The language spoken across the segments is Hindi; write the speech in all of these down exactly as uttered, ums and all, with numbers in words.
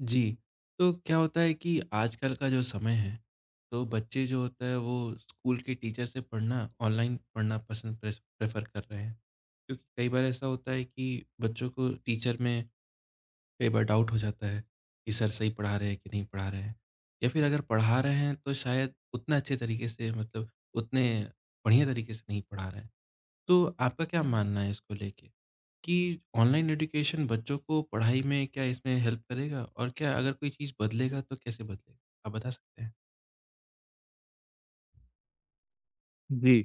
जी, तो क्या होता है कि आजकल का जो समय है, तो बच्चे जो होता है वो स्कूल के टीचर से पढ़ना ऑनलाइन पढ़ना पसंद प्रेस प्रेफ़र कर रहे हैं। क्योंकि कई बार ऐसा होता है कि बच्चों को टीचर में कई बार डाउट हो जाता है कि सर सही पढ़ा रहे हैं कि नहीं पढ़ा रहे हैं। या फिर अगर पढ़ा रहे हैं तो शायद उतना अच्छे तरीके से मतलब उतने बढ़िया तरीके से नहीं पढ़ा रहे हैं। तो आपका क्या मानना है इसको लेके? कि ऑनलाइन एजुकेशन बच्चों को पढ़ाई में क्या इसमें हेल्प करेगा? और क्या अगर कोई चीज़ बदलेगा तो कैसे बदलेगा? आप बता सकते हैं? जी,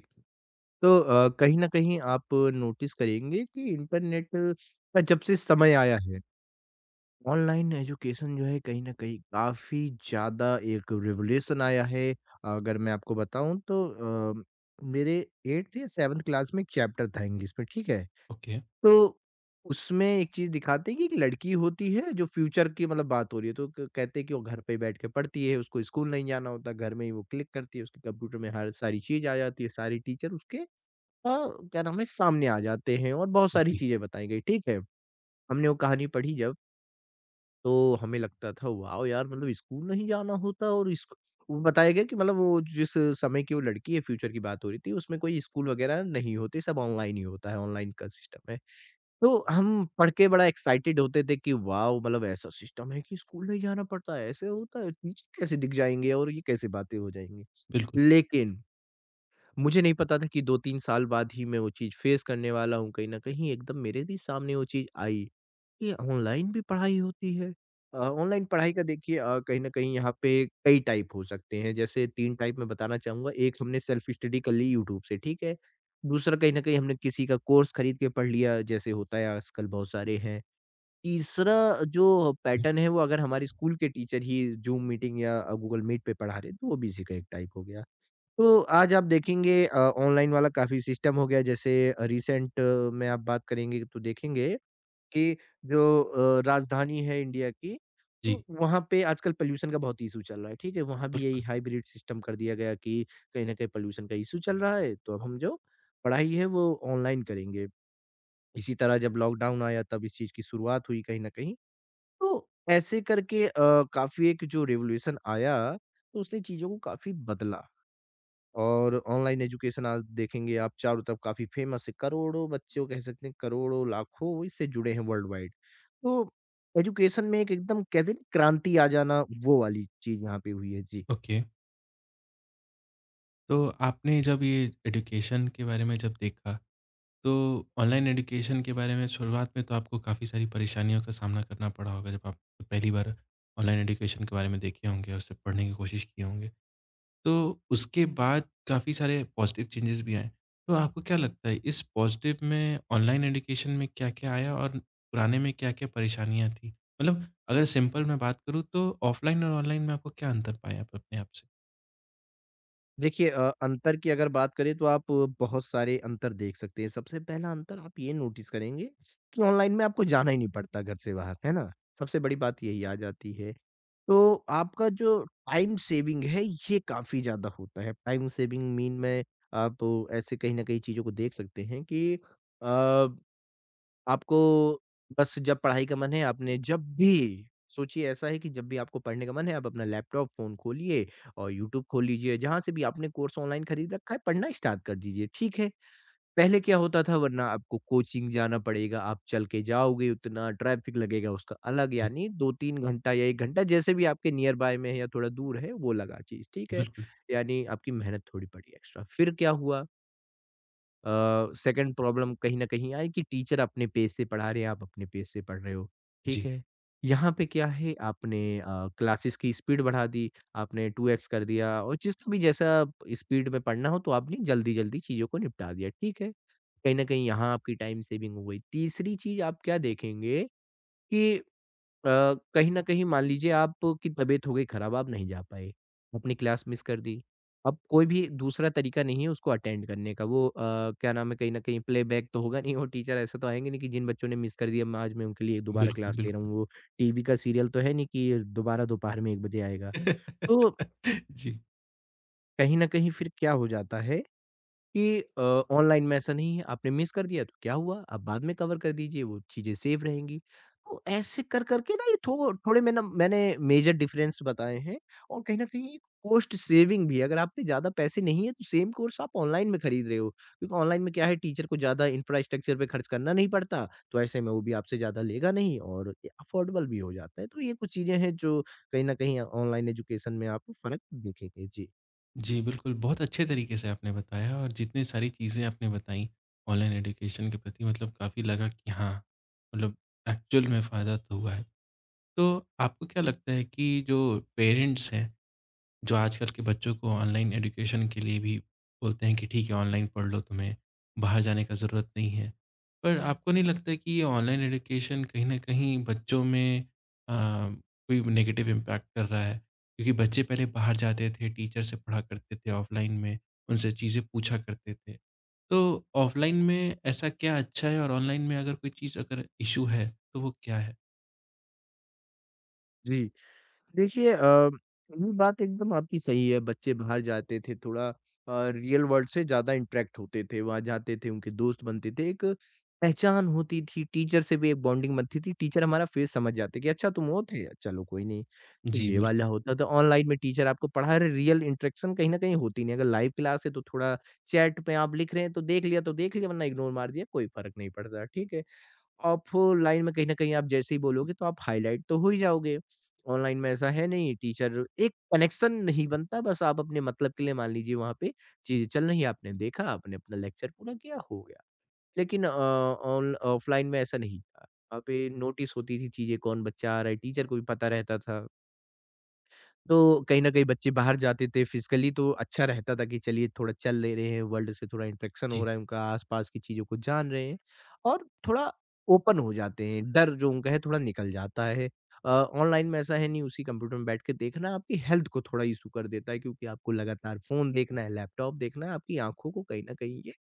तो अ, कहीं न कहीं आप नोटिस करेंगे कि इंटरनेट का जब से समय आया है, ऑनलाइन एजुकेशन जो है कहीं न कहीं काफ़ी ज़्यादा एक रिवोल्यूशन आया है। अगर मैं आपको बताऊँ तो अ, मेरे एथ या सेवंथ क्लास में एक चैप्टर था इंग्लिश में, ठीक है? ओके। तो उसमें एक चीज़ दिखाते हैं कि एक लड़की होती है जो फ्यूचर की मतलब बात हो रही है, तो क कहते हैं कि वो घर पे बैठ के पढ़ती है, उसको स्कूल नहीं जाना होता, घर में ही वो क्लिक करती है, उसके कंप्यूटर में हर सारी चीज़ आ जाती है, सारे टीचर उसके अ, क्या नाम है सामने आ जाते हैं और बहुत सारी जी। चीज़ें बताई गई, ठीक है। हमने वो कहानी पढ़ी जब, तो हमें लगता था वाओ यार! मतलब स्कूल नहीं जाना होता और इसक वो बताया गया कि मतलब वो जिस समय की वो लड़की है फ्यूचर की बात हो रही थी, उसमें कोई स्कूल वगैरह नहीं होते, सब ऑनलाइन ही होता है, ऑनलाइन का सिस्टम है। तो हम पढ़ के बड़ा एक्साइटेड होते थे कि वाओ! मतलब ऐसा सिस्टम है कि स्कूल नहीं जाना पड़ता है, ऐसे होता है, टीचर कैसे दिख जाएँगे और ये कैसे बातें हो जाएँगी। बिल्कुल। लेकिन मुझे नहीं पता था कि दो-तीन साल बाद ही मैं वो चीज़ फ़ेस करने वाला हूँ, कहीं न कहीं एकदम मेरे भी सामने वो चीज़ आई। ये ऑनलाइन भी पढ़ाई होती है। अ, ऑनलाइन पढ़ाई का देखिए अ, कहीं न कहीं यहाँ पे कई टाइप हो सकते हैं, जैसे तीन टाइप मैं बताना चाहूँगा। एक हमने सेल्फ स्टडी कर ली यूट्यूब से, ठीक है? दूसरा कहीं न कहीं हमने किसी का कोर्स खरीद के पढ़ लिया, जैसे होता है आजकल बहुत सारे हैं। तीसरा जो ठीक है। पैटर्न है वो अगर हमारे स्कूल के टीचर ही ज़ूम मीटिंग या अ, गूगल मीट पे पढ़ा रहे हैं, तो वो भी इसी का एक टाइप हो गया। तो आज आप देखेंगे अ, ऑनलाइन वाला काफ़ी सिस्टम हो गया जैसे रिसेंट में आप बात करेंगे तो देखेंगे कि जो अ, राजधानी है इंडिया की तो जी, वहाँ पे आजकल पॉल्यूशन का बहुत इशू चल रहा है, ठीक है? वहाँ भी यही बिल्कुल। हाइब्रिड सिस्टम कर दिया गया कि कहीं न कहीं पॉल्यूशन का इशू चल रहा है तो अब हम जो पढ़ाई है वो ऑनलाइन करेंगे। इसी तरह जब लॉकडाउन आया तब इस चीज़ की शुरुआत हुई कहीं न कहीं। तो ऐसे करके अ, काफ़ी एक जो रिवॉल्यूशन आया तो उसने चीज़ों को काफ़ी बदला। और ऑनलाइन एजुकेशन आज देखेंगे आप चारों तरफ काफ़ी फेमस है। करोड़ों बच्चों कह सकते हैं करोड़ों, लाखों वो इससे जुड़े हैं वर्ल्ड वाइड। तो एजुकेशन में एक एकदम कहते हैं ना क्रांति आ जाना वो वाली चीज़ यहाँ पे हुई है। जी। ओके। तो आपने जब ये एजुकेशन के बारे में जब देखा, तो ऑनलाइन एजुकेशन के बारे में शुरुआत में तो आपको काफ़ी सारी परेशानियों का सामना करना पड़ा होगा जब आप पहली बार ऑनलाइन एजुकेशन के बारे में देखे होंगे और उससे पढ़ने की कोशिश किए होंगे। तो उसके बाद काफ़ी सारे पॉज़िटिव चेंजेस भी आए। तो आपको क्या लगता है इस पॉज़िटिव में ऑनलाइन एजुकेशन में क्या-क्या आया और पुराने में क्या-क्या परेशानियाँ थीं? मतलब अगर सिंपल मैं बात करूँ तो ऑफ़लाइन और ऑनलाइन में आपको क्या अंतर पाया आप अपने आप से? देखिए अ, अंतर की अगर बात करें तो आप बहुत सारे अंतर देख सकते हैं। सबसे पहला अंतर आप ये नोटिस करेंगे कि ऑनलाइन में आपको जाना ही नहीं पड़ता घर से बाहर, है ना? सबसे बड़ी बात यही आ जाती है। तो आपका जो टाइम सेविंग है ये काफ़ी ज़्यादा होता है। टाइम सेविंग मीन में आप ऐसे कहीं न कहीं चीज़ों को देख सकते हैं कि अ, आपको बस जब पढ़ाई का मन है, आपने जब भी सोचिए ऐसा है कि जब भी आपको पढ़ने का मन है, आप अपना लैपटॉप, फ़ोन खोलिए और यूट्यूब खोल लीजिए, जहाँ से भी आपने कोर्स ऑनलाइन खरीद रखा है, पढ़ना स्टार्ट कर दीजिए, ठीक है। पहले क्या होता था वरना आपको कोचिंग जाना पड़ेगा, आप चल के जाओगे उतना, ट्रैफ़िक लगेगा उसका अलग, जी, यानी दो-तीन घंटा या एक घंटा जैसे भी आपके नियर बाय में है या थोड़ा दूर है, वो लगा चीज़, ठीक है। बिल्कुल। यानी आपकी मेहनत थोड़ी पड़ी एक्स्ट्रा। फिर क्या हुआ अ, सेकंड प्रॉब्लम कहीं न कहीं आई कि टीचर अपने पेज से पढ़ा रहे हैं, आप अपने पेज से पढ़ रहे हो, ठीक जी, है। यहाँ पे क्या है आपने अ, क्लासेस की स्पीड बढ़ा दी, आपने टू एक्स कर दिया और जिस भी जैसा स्पीड में पढ़ना हो तो आपने जल्दी-जल्दी चीज़ों को निपटा दिया, ठीक है। कहीं न कहीं यहाँ आपकी टाइम सेविंग हो गई। तीसरी चीज़ आप क्या देखेंगे कि अ, कहीं न कहीं मान लीजिए आपकी तबीयत हो गई खराब, आप नहीं जा पाए, अपनी क्लास मिस कर दी। अब कोई भी दूसरा तरीका नहीं है उसको अटेंड करने का, वो अ, क्या नाम है कहीं न कहीं प्लेबैक तो होगा नहीं, वो टीचर ऐसे तो आएँगे नहीं कि जिन बच्चों ने मिस कर दिया, मैं आज मैं उनके लिए दोबारा बिल्कुल, क्लास ले रहा बिल्कुल। हूँ, वो टीवी का सीरियल तो है नहीं कि दोबारा दोपहर में एक बजे आएगा। तो जी। कहीं न कहीं फिर क्या हो जाता है कि अ, ऑनलाइन में ऐसा नहीं है, आपने मिस कर दिया तो क्या हुआ? आप बाद में कवर कर दीजिए, वो चीज़ें सेव रहेंगी। तो ऐसे कर कर के ना ये थो थोड़े में ना मैंने मेजर डिफरेंस बताए हैं और कहीं न कहीं कॉस्ट सेविंग भी है। अगर आप पे ज़्यादा पैसे नहीं है तो सेम कोर्स आप ऑनलाइन में खरीद रहे हो, क्योंकि ऑनलाइन में क्या है टीचर को ज़्यादा इंफ्रास्ट्रक्चर पे खर्च करना नहीं पड़ता, तो ऐसे में वो भी आपसे ज़्यादा लेगा नहीं और ये अफोर्डेबल भी हो जाता है। तो ये कुछ चीज़ें हैं जो कहीं न कहीं ऑनलाइन एजुकेशन में आपको फ़र्क दिखेंगे। जी। जी, बिल्कुल, बहुत अच्छे तरीके से आपने बताया और जितनी सारी चीज़ें आपने बताई ऑनलाइन एजुकेशन के प्रति मतलब काफ़ी लगा कि हाँ, मतलब एक्चुअल में फ़ायदा तो हुआ है। तो आपको क्या लगता है कि जो पेरेंट्स हैं, जो आजकल के बच्चों को ऑनलाइन एजुकेशन के लिए भी बोलते हैं कि ठीक है ऑनलाइन पढ़ लो तुम्हें, बाहर जाने का ज़रूरत नहीं है। पर आपको नहीं लगता है कि ये ऑनलाइन एजुकेशन कहीं न कहीं बच्चों में अ, कोई नेगेटिव इम्पैक्ट कर रहा है? क्योंकि बच्चे पहले बाहर जाते थे, टीचर से पढ़ा करते थे ऑफलाइन में, उनसे चीज़ें पूछा करते थे। तो ऑफलाइन में ऐसा क्या अच्छा है और ऑनलाइन में अगर कोई चीज़ अगर इश्यू है, तो वो क्या है? जी। देखिए अ, ये बात एकदम आपकी सही है। बच्चे बाहर जाते थे थोड़ा अ, रियल वर्ल्ड से ज़्यादा इंटरैक्ट होते थे। वहाँ जाते थे, उनके दोस्त बनते थे, एक पहचान होती थी। टीचर से भी एक बॉन्डिंग बनती थी। टीचर हमारा फेस समझ जाते कि अच्छा तुम वो थे? चलो कोई नहीं। तो जी, ये वाला बिल्कुल। होता था। ऑनलाइन में टीचर आपको पढ़ा रहे, रियल इंटरैक्शन कहीं न कहीं होती नहीं। अगर लाइव क्लास है तो थोड़ा चैट पे आप लिख रहे हैं तो देख लिया तो देख लिया वरना इग्नोर मार दिया, कोई फ़र्क नहीं पड़ता। ठीक है? ऑफ़लाइन में कहीं न कहीं आप जैसे ही बोलोगे तो आप हाइलाइट तो हो ही जाओगे। ऑनलाइन में ऐसा है नहीं, टीचर एक कनेक्शन नहीं बनता बस आप अपने मतलब के लिए मान लीजिए वहाँ पे चीज़ें चल रही हैं, आपने देखा, आपने अपना लेक्चर पूरा किया, हो गया। लेकिन अ, ऑन ऑफ़लाइन में ऐसा नहीं था। वहाँ पे नोटिस होती थी चीज़ें, कौन बच्चा आ रहा है, टीचर को भी पता रहता था। तो कहीं न कहीं बच्चे बाहर जाते थे फिज़िकली तो अच्छा रहता था कि चलिए थोड़ा चल ले रहे हैं, वर्ल्ड से थोड़ा इंटरेक्शन हो जी। रहा है उनका, आस-पास की चीज़ों को जान रहे हैं और थोड़ा ओपन हो जाते हैं, डर जो उनका है थोड़ा निकल जाता है। अ, ऑनलाइन में ऐसा है नहीं उसी कंप्यूटर में बैठ के देखना आपकी हेल्थ को थोड़ा इश्यू कर देता है क्योंकि आपको लगातार फ़ोन देखना है, लैपटॉप देखना है, आपकी आँखों को कहीं न कहीं ये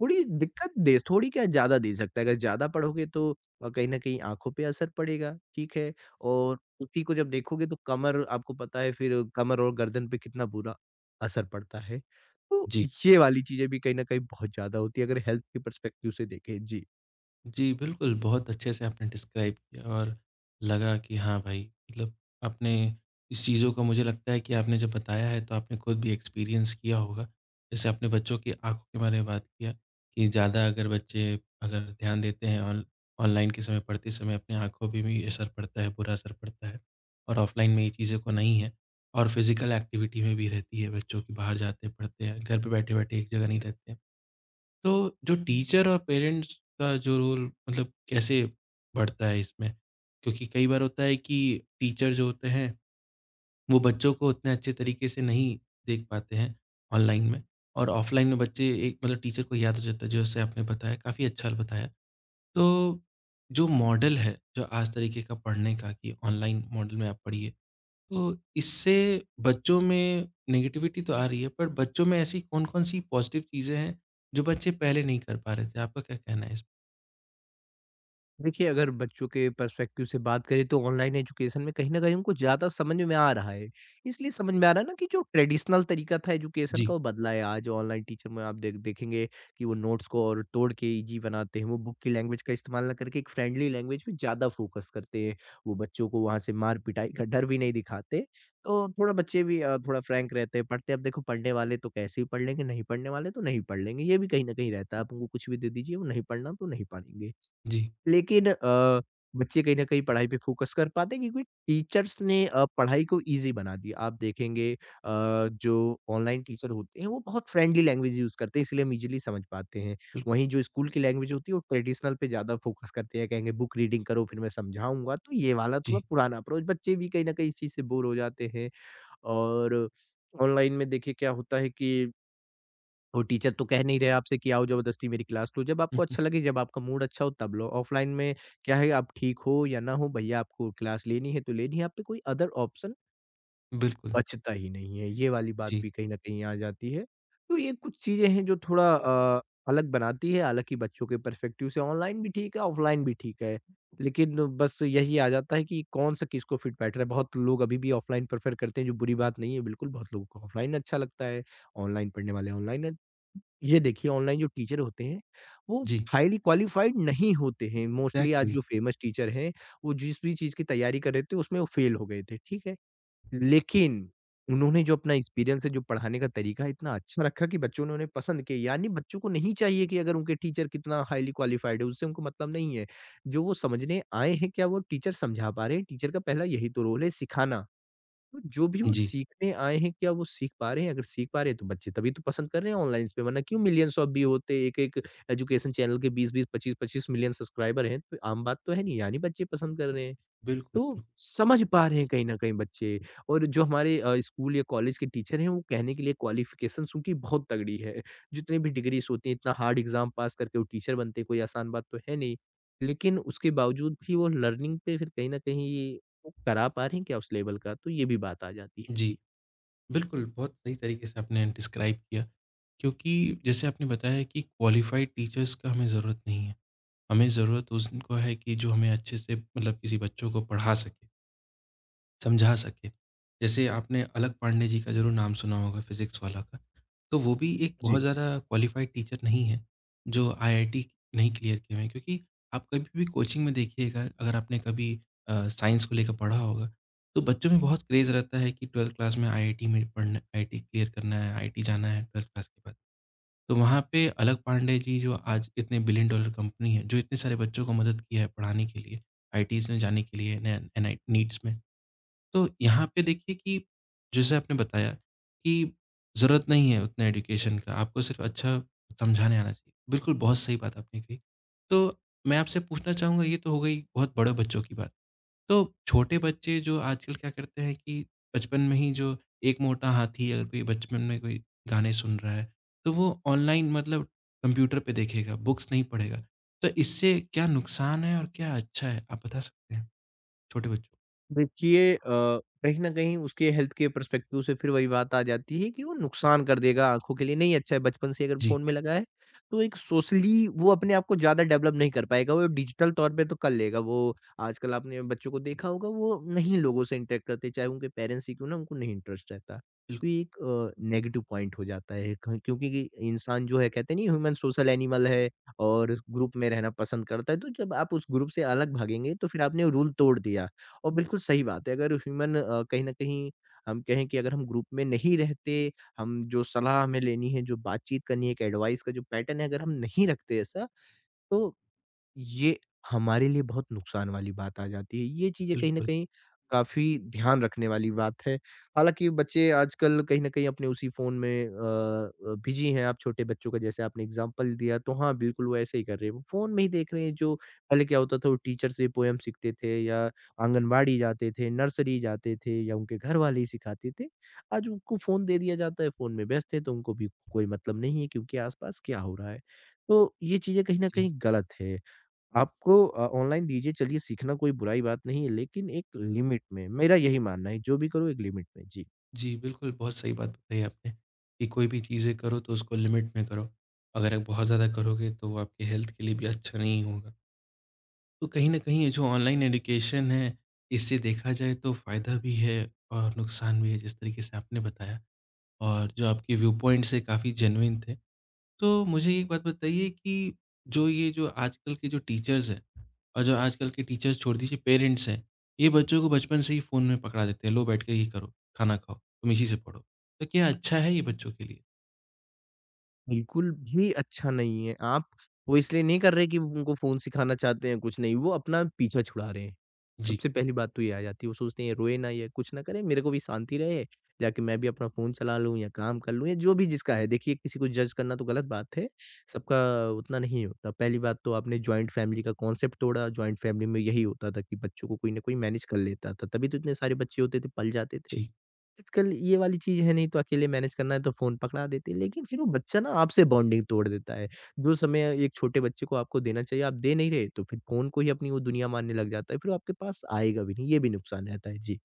थोड़ी दिक्कत दे थोड़ी क्या ज़्यादा दे सकता है, अगर ज़्यादा पढ़ोगे तो अ, कहीं न कहीं आँखों पे असर पड़ेगा, ठीक है? और उसी को जब देखोगे तो कमर आपको पता है फिर कमर और गर्दन पे कितना बुरा असर पड़ता है। तो जी। ये वाली चीज़ें भी कहीं न कहीं बहुत ज़्यादा होती है अगर हेल्थ के पर्सपेक्टिव से देखें। जी। जी, बिल्कुल, बहुत अच्छे से आपने डिस्क्राइब किया और लगा कि हाँ भाई, मतलब आपने इस चीज़ों का मुझे लगता है कि आपने जब बताया है, तो आपने खुद भी एक्सपीरियंस किया होगा। जैसे आपने बच्चों की आँखों के बारे में बात किया कि ज़्यादा अगर बच्चे अगर ध्यान देते हैं ऑन ऑनलाइन के समय, पढ़ते समय अपनी आँखों पे भी असर पड़ता है, बुरा असर पड़ता है और ऑफ़लाइन में ये चीज़ें को नहीं है और फिज़िकल एक्टिविटी में भी रहती है, बच्चों की बाहर जाते, पढ़ते हैं, घर पे बैठे-बैठे एक जगह नहीं रहते। हैं। तो जो टीचर और पेरेंट्स का जो रोल मतलब कैसे बढ़ता है इसमें? क्योंकि कई बार होता है कि टीचर जो होते हैं, वो बच्चों को उतने अच्छे तरीके से नहीं देख पाते हैं ऑनलाइन में और ऑफ़लाइन में बच्चे एक मतलब टीचर को याद हो जाता है, जैसे आपने बताया काफ़ी अच्छा बताया। तो जो मॉडल है, जो आज तरीके का पढ़ने का कि ऑनलाइन मॉडल में आप पढ़िए, तो इससे बच्चों में नेगेटिविटी तो आ रही है, पर बच्चों में ऐसी कौन-कौन सी पॉज़िटिव चीज़ें हैं, जो बच्चे पहले नहीं कर पा रहे थे? आपका क्या कहना है इस देखिए, अगर बच्चों के पर्सपेक्टिव से बात करें तो ऑनलाइन एजुकेशन में कहीं न कहीं उनको ज़्यादा समझ में आ रहा है। इसलिए समझ में आ रहा है ना कि जो ट्रेडिशनल तरीका था एजुकेशन जी। का वो बदला है आज ऑनलाइन टीचर में आप देख देखेंगे कि वो नोट्स को और तोड़ के ईज़ी बनाते हैं। वो बुक की लैंग्वेज का इस्तेमाल ना करके एक फ्रेंडली लैंग्वेज पे ज़्यादा फ़ोकस करते हैं। वो बच्चों को वहाँ से मार पिटाई का डर भी नहीं दिखाते। तो थोड़ा बच्चे भी अ, थोड़ा फ्रैंक रहते हैं, पढ़ते हैं। अब देखो पढ़ने वाले तो कैसे भी पढ़ लेंगे, नहीं पढ़ने वाले तो नहीं पढ़ लेंगे। ये भी कहीं न कहीं रहता है, आप उनको कुछ भी दे दीजिए वो नहीं पढ़ना तो नहीं पढ़ेंगे। जी, लेकिन अ, बच्चे कहीं न कहीं पढ़ाई पे फ़ोकस कर पाते हैं क्योंकि टीचर्स ने अ, पढ़ाई को ईज़ी बना दिया। आप देखेंगे अ, जो ऑनलाइन टीचर होते हैं, वो बहुत फ्रेंडली लैंग्वेज यूज़ करते हैं, इसलिए हम ईज़िली समझ पाते हैं। बिल्कुल। वहीं जो स्कूल की लैंग्वेज होती है, वो ट्रेडिशनल पे ज़्यादा फ़ोकस करते हैं, कहेंगे बुक रीडिंग करो फिर मैं समझाऊँगा। तो ये वाला थोड़ा जी। पुराना अप्रोच बच्चे भी कहीं न कहीं इस चीज़ से बोर हो जाते हैं और ऑनलाइन में देखिए क्या होता है कि और टीचर तो कह नहीं रहे आपसे कि आओ ज़बरदस्ती मेरी क्लास लो, जब हुँ, आपको हुँ, अच्छा लगे, जब आपका मूड अच्छा हो तब लो। ऑफ़लाइन में क्या है आप ठीक हो या ना हो, भैया आपको क्लास लेनी है तो लेनी है, आप पे कोई अदर ऑप्शन बिल्कुल। बचता ही नहीं है। ये वाली बात जी। भी कहीं न कहीं आ जाती है। तो ये कुछ चीज़ें हैं जो थोड़ा अ, अलग बनाती है, हालाँकि बच्चों के पर्सपेक्टिव से ऑनलाइन भी ठीक है, ऑफ़लाइन भी ठीक है। लेकिन बस यही आ जाता है कि कौन-सा किसको फिट बैठ रहा है। बहुत लोग अभी भी ऑफ़लाइन प्रेफ़र करते हैं, जो बुरी बात नहीं है बिल्कुल, बहुत लोगों को ऑफ़लाइन अच्छा लगता है, ऑनलाइन पढ़ने वाले ऑनलाइन ये देखिए ऑनलाइन जो टीचर होते हैं, वो जी, हाइली क्वालिफ़ाइड नहीं होते हैं। मोस्टली आज एग्ज़ैक्टली। जो फेमस टीचर हैं, वो जिस भी चीज़ की तैयारी कर रहे थे उसमें वो फेल हो गए थे, ठीक है? लेकिन उन्होंने जो अपना एक्सपीरियंस है, जो पढ़ाने का तरीका है इतना अच्छा रखा कि बच्चों ने उन्हें पसंद किया। यानी बच्चों को नहीं चाहिए कि अगर उनके टीचर कितना हाइली क्वालिफ़ाइड है, उससे उनको मतलब नहीं है। जो वो समझने आए हैं, क्या वो टीचर समझा पा रहे हैं? टीचर का पहला यही तो रोल है सिखाना। तो जो भी वो जी, सीखने आए हैं, क्या वो सीख पा रहे हैं? अगर सीख पा रहे हैं, तो बच्चे तभी तो पसंद कर रहे हैं ऑनलाइन्स पे, वरना क्यों मिलियंस ऑफ व्यू होते? एक-एक एजुकेशन चैनल के बीस बीस, पच्चीस पच्चीस मिलियन सब्सक्राइबर हैं, तो आम बात तो है नहीं, यानी बच्चे पसंद कर रहे हैं। बिल्कुल, तो बिल्कुल। समझ पा रहे हैं कहीं न कहीं बच्चे और जो हमारे अ, स्कूल या कॉलेज के टीचर हैं, वो कहने के लिए क्वालिफ़िकेशंस उनकी बहुत तगड़ी है। जितनी भी डिग्रीज़ होती हैं, इतना हार्ड एग्ज़ाम पास करके वो टीचर बनते हैं, कोई आसान बात तो है नहीं। लेकिन उसके बावजूद भी वो लर्निंग पे फिर कहीं न कहीं वो करा पा रहे हैं क्या उस लेवल का? तो ये भी बात आ जाती है। जी, जी। बिल्कुल, बहुत सही तरीके से आपने डिस्क्राइब किया, क्योंकि जैसे आपने बताया कि क्वालिफ़ाइड टीचर्स का हमें ज़रूरत नहीं है, हमें ज़रूरत उनको है कि जो हमें अच्छे से मतलब किसी बच्चों को पढ़ा सके। समझा सके। जैसे आपने अलग पांडे जी का ज़रूर नाम सुना होगा फ़िज़िक्स वाला का। तो वो भी एक बहुत जी। ज़्यादा क्वालिफ़ाइड टीचर नहीं है, जो आईआईटी नहीं क्लियर किए हुए हैं। क्योंकि आप कभी भी कोचिंग में देखिएगा, अगर आपने कभी अ, साइंस को लेकर पढ़ा होगा, तो बच्चों में बहुत क्रेज़ रहता है कि बारहवीं क्लास में आईआईटी में पढ़ना आईआईटी क्लियर करना है, आईआईटी जाना है बारहवीं क्लास के बाद। तो वहाँ पे अलग पांडे जी जो आज इतने बिलियन डॉलर कंपनी है, जो इतने सारे बच्चों को मदद किया है पढ़ाने के लिए, आईआईटीज़ में जाने के लिए, एन एन आई नीट्स में। तो यहाँ पे देखिए कि जैसे आपने बताया कि ज़रूरत नहीं है उतना एजुकेशन का, आपको सिर्फ़ अच्छा समझाने आना चाहिए। बिल्कुल, बहुत सही बात आपने कही। तो मैं आपसे पूछना चाहूँगा ये तो हो गई बहुत बड़े बच्चों की बात। तो छोटे बच्चे जो आजकल क्या करते हैं कि बचपन में ही जो एक मोटा हाथी अगर कोई बचपन में कोई गाने सुन रहा है, तो वो ऑनलाइन मतलब कंप्यूटर पे देखेगा, बुक्स नहीं पढ़ेगा। तो इससे क्या नुकसान है और क्या अच्छा है? आप बता सकते हैं छोटे बच्चों को? देखिए अ, कहीं न कहीं उसके हेल्थ के पर्सपेक्टिव से फिर वही बात आ जाती है कि वो नुकसान कर देगा आँखों के लिए, नहीं अच्छा है बचपन से अगर जी, फ़ोन में लगा है, तो एक सोशली वो अपने आप को ज़्यादा डेवलप नहीं कर पाएगा, वो डिजिटल तौर पे तो कर लेगा। वो आजकल आपने बच्चों को देखा होगा वो नहीं लोगों से इंटरैक्ट करते, चाहे उनके पेरेंट्स ही क्यों ना हों, उनको नहीं इंटरेस्ट रहता। तो बिल्कुल। ये एक अ, नेगेटिव पॉइंट हो जाता है क क्योंकि कि इंसान जो है कहते नहीं ह्यूमन सोशल एनिमल है और ग्रुप में रहना पसंद करता है, तो जब आप उस ग्रुप से अलग भागेंगे, तो फिर आपने रूल तोड़ दिया। और बिल्कुल सही बात है। अगर ह्यूमन अ, कहीं न कहीं हम कहें कि अगर हम ग्रुप में नहीं रहते, हम जो सलाह हमें लेनी है, जो बातचीत करनी है, एक एडवाइस का जो पैटर्न है, अगर हम नहीं रखते ऐसा तो ये हमारे लिए बहुत नुकसान वाली बात आ जाती है। ये चीज़ें कहीं न बिल्कुल। कहीं काफ़ी ध्यान रखने वाली बात है। हालाँकि बच्चे आजकल कहीं न कहीं अपने उसी फ़ोन में अ अ, बिज़ी हैं। आप छोटे बच्चों का जैसे आपने एग्ज़ाम्पल दिया तो हाँ, बिल्कुल वो ऐसे ही कर रहे हैं। वो फ़ोन में ही देख रहे हैं जो पहले क्या होता था वो टीचर से पोएम सीखते थे या आंगनबाड़ी जाते थे, नर्सरी जाते थे या उनके घरवाले ही सिखाते थे। आज उनको फ़ोन दे दिया जाता है, फ़ोन में व्यस्त हैं तो उनको भी कोई मतलब नहीं है कि उनके आस-पास क्या हो रहा है। तो ये चीज़ें कहीं न जी। कहीं गलत है। आपको अ, ऑनलाइन दीजिए चलिए सीखना कोई बुराई बात नहीं है, लेकिन एक लिमिट में, मेरा यही मानना है, जो भी करो एक लिमिट में। जी। जी, बिल्कुल, बहुत सही बात बताई आपने कि कोई भी चीज़ें करो तो उसको लिमिट में करो। अगर आप बहुत ज़्यादा करोगे तो वो आपकी हेल्थ के लिए भी अच्छा नहीं होगा। तो कहीं न कहीं ये जो ऑनलाइन एजुकेशन है, इससे देखा जाए तो फ़ायदा भी है और नुकसान भी है जिस तरीके से आपने बताया और जो आपके व्यू पॉइंट्स है काफ़ी जेनुइन थे। तो मुझे एक बात बताइए कि जो ये जो आजकल के जो टीचर्स हैं और जो आजकल के टीचर्स छोड़ दीजिए पेरेंट्स हैं, ये बच्चों को बचपन से ही फ़ोन में पकड़ा देते हैं, लो बैठ के ये करो, खाना खाओ, तुम इसी से पढ़ो। तो क्या अच्छा है ये बच्चों के लिए? बिल्कुल भी अच्छा नहीं है। आप वो इसलिए नहीं कर रहे कि वो उनको फ़ोन सिखाना चाहते हैं, कुछ नहीं, वो अपना पीछा छुड़ा रहे हैं। जी। सबसे पहली बात तो ये आ जाती है, वो सोचते हैं ये रोए ना, ये कुछ ना करे, मेरे को भी शांति रहे, जाके मैं भी अपना फ़ोन चला लूँ या काम कर लूँ या जो भी जिसका है। देखिए किसी को जज करना तो गलत बात है, सबका उतना नहीं होता। पहली बात तो आपने जॉइंट फ़ैमिली का कॉन्सेप्ट तोड़ा, जॉइंट फ़ैमिली में यही होता था कि बच्चों को कोई ना कोई मैनेज कर लेता था, तभी तो इतने सारे बच्चे होते थे, पल जाते थे। जी। आजकल ये वाली चीज़ है नहीं तो अकेले मैनेज करना है तो फ़ोन पकड़ा देते हैं, लेकिन फिर वो बच्चा ना आपसे बॉन्डिंग तोड़ देता है। जो समय एक छोटे बच्चे को आपको देना चाहिए, आप दे नहीं रहे, तो फिर फ़ोन को ही अपनी वो दुनिया मानने लग जाता है। फिर वो आपके पास आएगा भी नहीं, ये भी नुकसान रहता है। जी।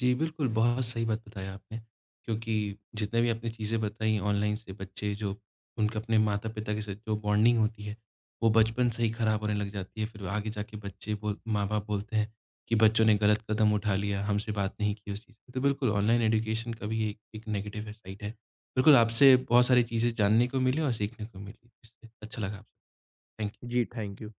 जी, बिल्कुल, बहुत सही बात बताया आपने, क्योंकि जितने भी आपने चीज़ें बताई ऑनलाइन से बच्चे जो उनके अपने माता-पिता के साथ जो बॉन्डिंग होती है, वो बचपन से ही खराब होने लग जाती है। फिर आगे जाके बच्चे बोल माँ-बाप बोलते हैं कि बच्चों ने गलत कदम उठा लिया, हमसे बात नहीं की उस चीज़ पे। तो बिल्कुल ऑनलाइन एजुकेशन का भी एक एक नेगेटिव साइड है। बिल्कुल, आपसे बहुत सारी चीज़ें जानने को मिली और सीखने को मिली। इससे अच्छा लगा। आपसे। थैंक जी, थैंक यू।